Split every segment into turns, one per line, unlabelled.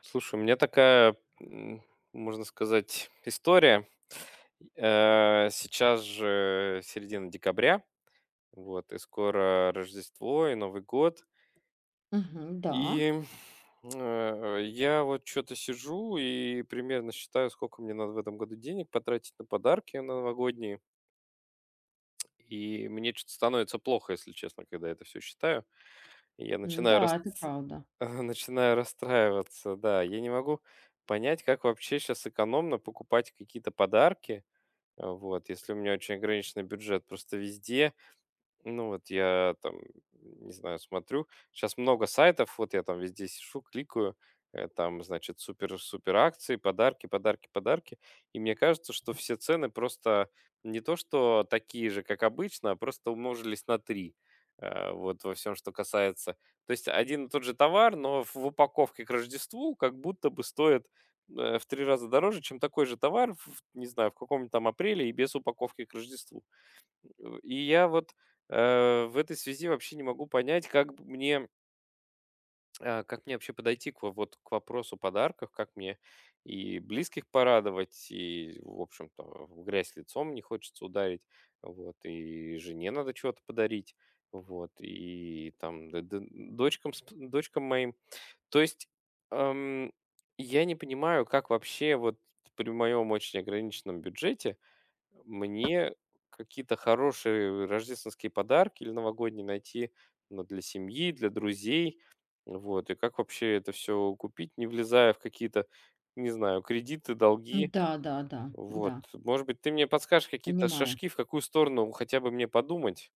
Слушай, у меня такая, можно сказать, история. Сейчас же середина декабря, вот, и скоро Рождество и Новый год.
Мгм. Да,
И я вот что-то сижу и примерно считаю, сколько мне надо в этом году денег потратить на подарки на новогодние. И мне что-то становится плохо, если честно, когда это все считаю. И я начинаю
м-да,
рас-
это правда.
начинаю расстраиваться, да. Я не могу понять, как вообще сейчас экономно покупать какие-то подарки, вот, если у меня очень ограниченный бюджет. Просто везде, ну вот я там, не знаю, смотрю. Сейчас много сайтов, вот я там везде сижу, кликаю, там, значит, супер-супер акции, подарки, подарки, подарки. И мне кажется, что все цены просто не то, что такие же, как обычно, а просто умножились на три. Вот во всем, что касается. То есть один и тот же товар, но в упаковке к Рождеству как будто бы стоит в три раза дороже, чем такой же товар, не знаю, в каком-нибудь там апреле и без упаковки к Рождеству. И я вот в этой связи вообще не могу понять, как мне вообще подойти вот, к вопросу подарков, как мне и близких порадовать, и, в общем-то, в грязь лицом не хочется ударить, вот, и жене надо чего-то подарить, вот, и там дочкам, дочкам моим. То есть эм, я не понимаю, как вообще вот при моем очень ограниченном бюджете мне какие-то хорошие рождественские подарки или новогодние найти, ну, для семьи, для друзей. Вот. И как вообще это все купить, не влезая в какие-то, не знаю, кредиты, долги.
Да, да, да,
Вот.
да,
Может быть, ты мне подскажешь какие-то
понимаю.
шажки, в какую сторону хотя бы мне подумать?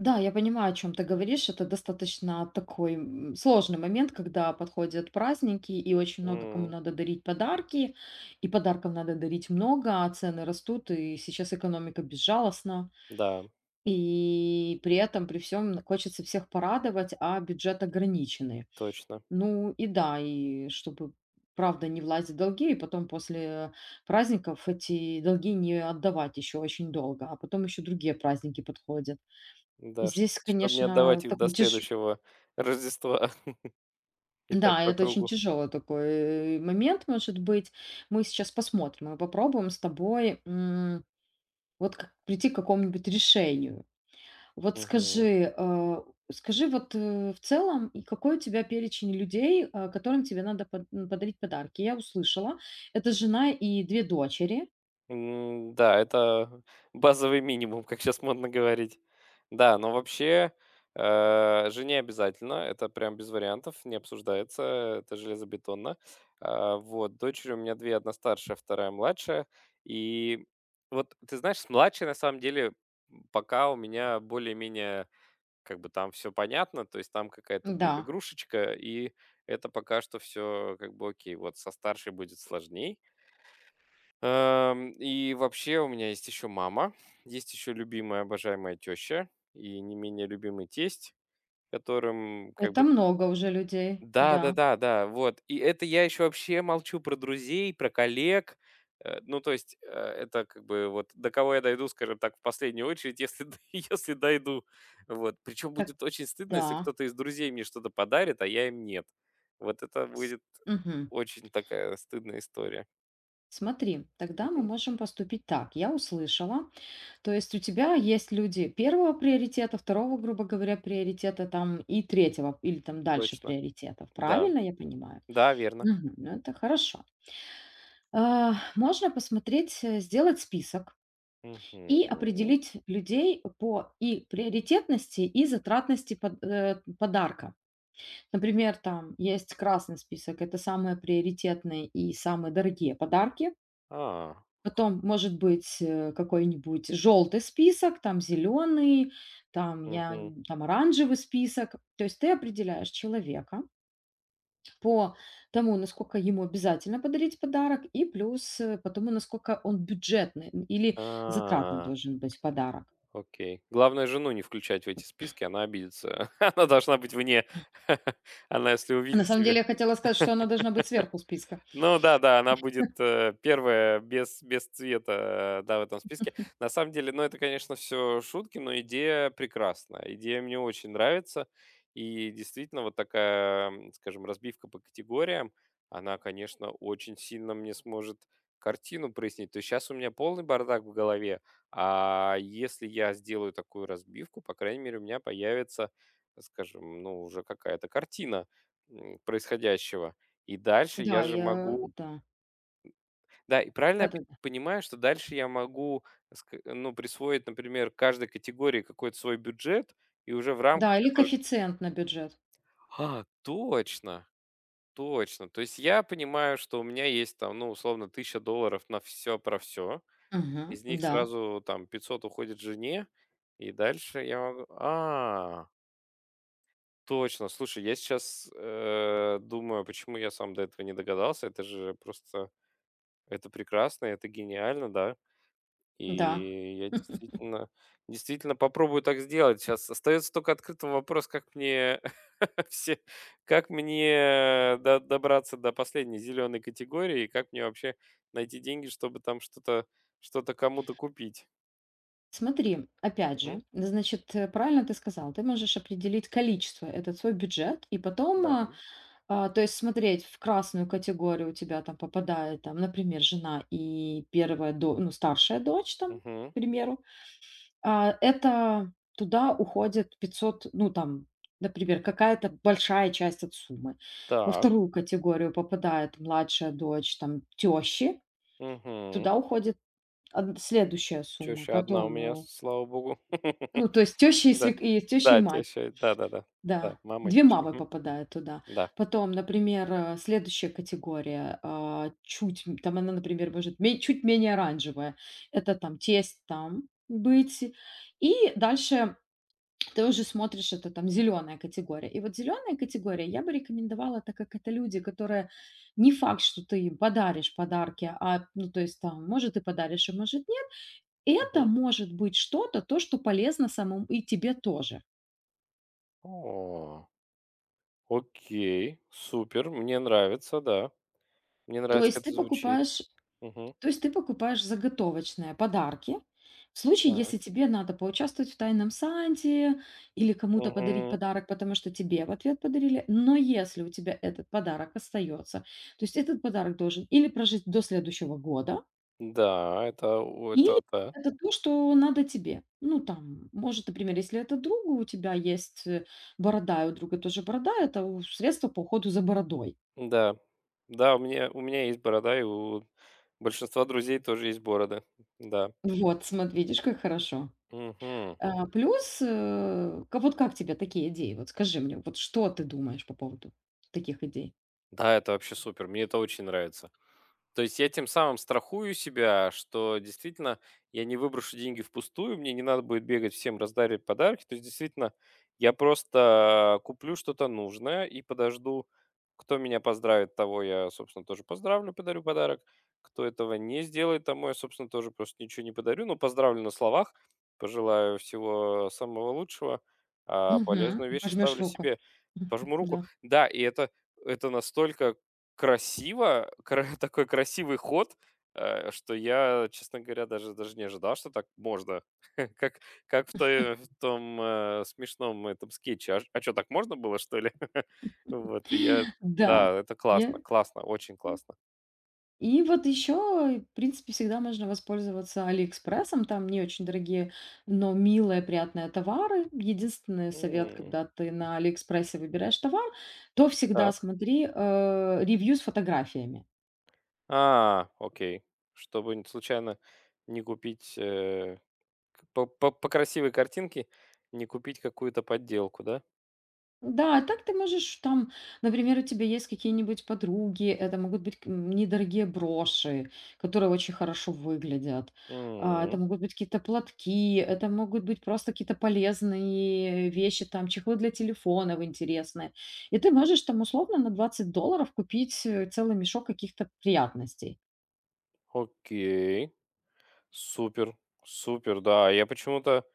Да, я понимаю, о чем ты говоришь. Это достаточно такой, сложный момент, когда подходят праздники, и очень много кому
М,
надо дарить подарки, и подарков надо дарить много, а цены растут, и сейчас экономика безжалостна.
да,
И при этом, при всем хочется всех порадовать, а бюджет ограниченный.
точно.
Ну и да, и чтобы правда не влазить в долги, и потом после праздников эти долги не отдавать еще очень долго, а потом еще другие праздники подходят. И
Да,
здесь,
чтобы не
конечно,
отдавать их до
такой тяж...
следующего Рождества и так
Да,
по
это очень
кругу.
тяжелый такой момент, может быть. Мы сейчас посмотрим, мы попробуем с тобой вот как, прийти к какому-нибудь решению. Вот скажи, скажи вот, в целом, и какой у тебя перечень людей, которым тебе надо подарить подарки? Я услышала, это жена и две дочери.
Да, это базовый минимум, как сейчас модно говорить. Да, но вообще, жене обязательно, это прям без вариантов, не обсуждается, это железобетонно. Вот, дочери у меня две, одна старшая, вторая младшая. И вот, ты знаешь, с младшей, на самом деле, пока у меня более-менее, как бы, там все понятно, то есть там какая-то
Да,
будет игрушечка, и это пока что все, как бы, окей. Вот со старшей будет сложней. И вообще у меня есть еще мама, есть еще любимая, обожаемая теща и не менее любимый тесть, которым как
это
бы...
много уже людей.
Да, да,
Да,
да, да, вот. И это я еще вообще молчу про друзей, про коллег. Ну, то есть, это как бы вот до кого я дойду, скажем так, в последнюю очередь, если, д- если дойду. Вот. Причем
так,
будет очень стыдно, если
да.
кто-то из друзей мне что-то подарит, а я им нет. Вот это будет
Мгм.
очень такая стыдная история.
Смотри, тогда мы
Мгм.
можем поступить так. Я услышала. То есть у тебя есть люди первого приоритета, второго, грубо говоря, приоритета там и третьего или там дальше
Точно.
приоритетов.
Да.
Правильно я понимаю?
Да, верно.
Мгм. Ну, это хорошо. А, можно посмотреть, сделать список и
Мгм.
определить людей по и приоритетности, и затратности подарка. Например, там есть красный список, это самые приоритетные и самые дорогие подарки.
А,
Потом может быть какой-нибудь желтый список, там зеленый, там
мгм.
там оранжевый список. То есть ты определяешь человека, по тому, насколько ему обязательно подарить подарок, и плюс по тому, насколько он бюджетный или затратный
А,
должен быть подарок.
окей. Главное, жену не включать в эти списки, она обидится. Она должна быть вне. Она, если
На
увидит
самом деле
себя
я хотела сказать, что она должна быть сверху списка.
Ну, да-да, она будет, первая без цвета, да, в этом списке. На самом деле, ну, это, конечно, все шутки, но идея прекрасна. Идея мне очень нравится. И действительно, вот такая, скажем, разбивка по категориям, она, конечно, очень сильно мне сможет картину прояснить. То есть сейчас у меня полный бардак в голове, а если я сделаю такую разбивку, по крайней мере, у меня появится, скажем, ну, уже какая-то картина, происходящего. И дальше
Да,
я же
я,
могу.
да,
Да, и правильно
да,
я
да,
п
да.
понимаю, что дальше я могу, ск ну, присвоить, например, каждой категории какой-то свой бюджет и уже в рамках
Да, или
этого.
коэффициент на бюджет.
А, точно, точно. То есть я понимаю, что у меня есть там, ну, условно, 1000 долларов на все про все.
Мгм,
Из них
да,
сразу там 500 уходит жене, и дальше я могу. А, точно. Слушай, я сейчас, думаю, почему я сам до этого не догадался. Это же просто, это прекрасно, это гениально, да.
да.
И я действительно попробую так сделать. Сейчас остается только открытым вопрос, как мне все, как мне до добраться до последней зеленой категории, и как мне вообще найти деньги, чтобы там что-то, кому-то купить.
Смотри, опять
Мгм.
же, значит, правильно ты сказал, ты можешь определить количество, этот свой бюджет, и потом
Да.
а, А, то есть смотреть, в красную категорию у тебя там попадает, там, например, жена и первая, ну, старшая дочь, там, к
Мгм.
примеру, а, это туда уходит 500, ну, там, например, какая-то большая часть от суммы. Во
Так.
вторую категорию попадает младшая дочь, там, тещи,
Мгм.
туда уходит следующая сумма,
Теща одна у
потом,
меня, слава богу.
ну, то есть теща и,
Да.
свек... и теща и
Да,
мать.
теща. Да-да-да. Да, да. Да,
Да,
мама и
2
теща.
мамы
Мгм.
попадают туда.
Да.
Потом, например, следующая категория, а, чуть там она, например, может ме чуть менее оранжевая. Это там тесть там быть. И дальше ты уже смотришь, это там зеленая категория. И вот зеленая категория я бы рекомендовала, так как это люди, которые не факт, что ты им подаришь подарки, а, ну, то есть там, может, ты подаришь, а может, нет. Это
Мгм.
может быть что-то, то, что полезно самому и тебе тоже.
О. Окей, супер, мне нравится, да. Мне
То
нравится,
есть
как
ты
это звучит.
покупаешь
Мгм.
То есть ты покупаешь заготовочные подарки. В случае,
Так.
если тебе надо поучаствовать в тайном санте или кому-то подарить
Мгм.
подарок, потому что тебе в ответ подарили, но если у тебя этот подарок остается, то есть этот подарок должен или прожить до следующего года,
Да, это у
или
это да.
это то, что надо тебе. Ну, там, может, например, если это другу, у тебя есть борода, и у друга тоже борода, это средство по уходу за бородой.
Да. Да, у меня есть борода, и у большинства друзей тоже есть бороды. Да.
Вот, смотри, видишь, как хорошо.
Мгм.
А, плюс, ка вот как тебе такие идеи? Вот скажи мне, вот что ты думаешь по поводу таких идей?
Да, это вообще супер. Мне это очень нравится. То есть я тем самым страхую себя, что действительно я не выброшу деньги впустую, мне не надо будет бегать всем раздаривать подарки. То есть действительно я просто куплю что-то нужное и подожду, кто меня поздравит, того я, собственно, тоже поздравлю, подарю подарок. Кто этого не сделает, тому я, собственно, тоже просто ничего не подарю. Но поздравлю на словах, пожелаю всего самого лучшего, а
Мгм.
полезную
И
вещь
пожмешь
оставлю
руку.
себе. Пожму руку.
Да.
Да, и это настолько красиво, такой красивый ход, что я, честно говоря, даже не ожидал, что так можно. Как, как в том смешном этом скетче. А, что, так можно было, что ли? Вот, и я...
Да.
Да, это
Я
классно, классно, очень классно.
и вот еще, в принципе, всегда можно воспользоваться "Алиэкспрессом". Там не очень дорогие, но милые, приятные товары. Единственный совет,
М,
когда ты на "Алиэкспрессе" выбираешь товар, то всегда
так.
смотри, ревью с фотографиями.
А, окей. Чтобы случайно не купить, по красивой картинке, не купить какую-то подделку, да?
Да, а так ты можешь там, например, у тебя есть какие-нибудь подруги, это могут быть недорогие броши, которые очень хорошо выглядят. А, это
М,
могут быть какие-то платки, это могут быть просто какие-то полезные вещи, там чехлы для телефонов интересные. И ты можешь там условно на $20 купить целый мешок каких-то приятностей.
окей. Супер, супер, да. Я почему-то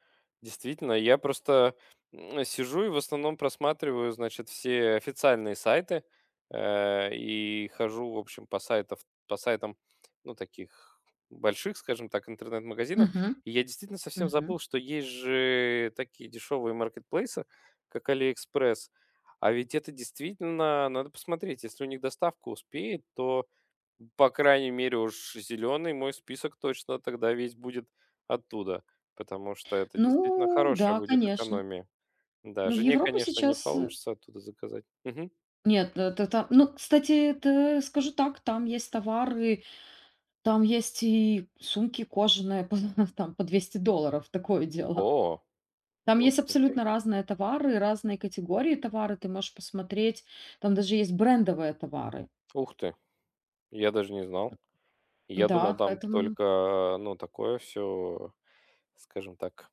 действительно, я просто, сижу и в основном просматриваю, значит, все официальные сайты и хожу, в общем, по сайтам, ну, таких больших, скажем так, интернет-магазинов.
Мгм,
И я действительно совсем
мгм.
забыл, что есть же такие дешевые маркетплейсы, как AliExpress. А ведь это действительно, надо посмотреть, если у них доставка успеет, то по крайней мере уж зеленый мой список точно тогда весь будет оттуда, потому что это
Ну,
действительно хорошая
да,
будет
конечно.
экономия. Да,
Ну, в
жене,
Европу
конечно, не
сейчас...
получится оттуда заказать. Мгм.
нет, это там... Ну, кстати, это, скажу так, там есть товары. Там есть и сумки кожаные по там по $200, такое дело.
О,
Там
вот,
есть
окей.
абсолютно разные товары, разные категории товары, ты можешь посмотреть. Там даже есть брендовые товары.
Ух ты, я даже не знал. Я думал,
Да,
там
поэтому
только, ну, такое все, скажем так,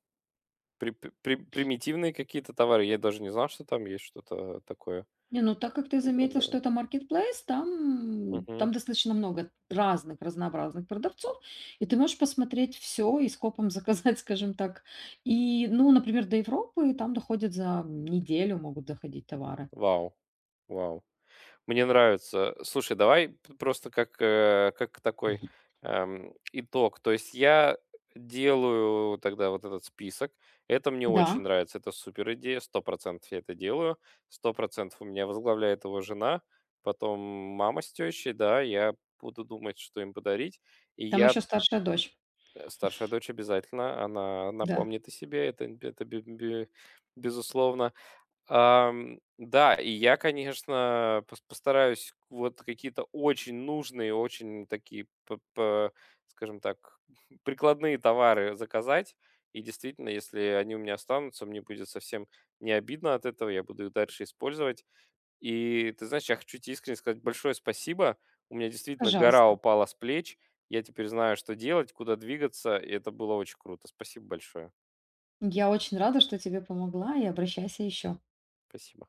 примитивные какие-то товары. Я даже не знал, что там есть что-то такое
не, ну так как ты заметил, что
брендовое.
это маркетплейс, там
Мгм.
там достаточно много разных, разнообразных продавцов, и ты можешь посмотреть все и скопом заказать, скажем так. И, ну, например, до Европы там доходят за неделю, могут доходить товары.
Вау, вау. Мне нравится. Слушай, давай просто как, как такой, итог. То есть я делаю тогда вот этот список. Это мне
Да,
очень нравится. Это супер идея. Сто процентов я это делаю. Сто процентов у меня возглавляет его жена, потом мама с тещей. Да, я буду думать, что им подарить. И
там
я
еще старшая дочь.
Старшая дочь обязательно, она
Да,
напомнит о себе. Это бе бе безусловно. Да, и я, конечно, постараюсь вот какие-то очень нужные, очень такие п п скажем так, прикладные товары заказать. И действительно, если они у меня останутся, мне будет совсем не обидно от этого, я буду их дальше использовать. И ты знаешь, я хочу тебе искренне сказать большое спасибо. У меня действительно гора
пожалуйста.
упала с плеч. Я теперь знаю, что делать, куда двигаться, и это было очень круто. Спасибо большое.
Я очень рада, что тебе помогла, и обращайся еще.
Спасибо.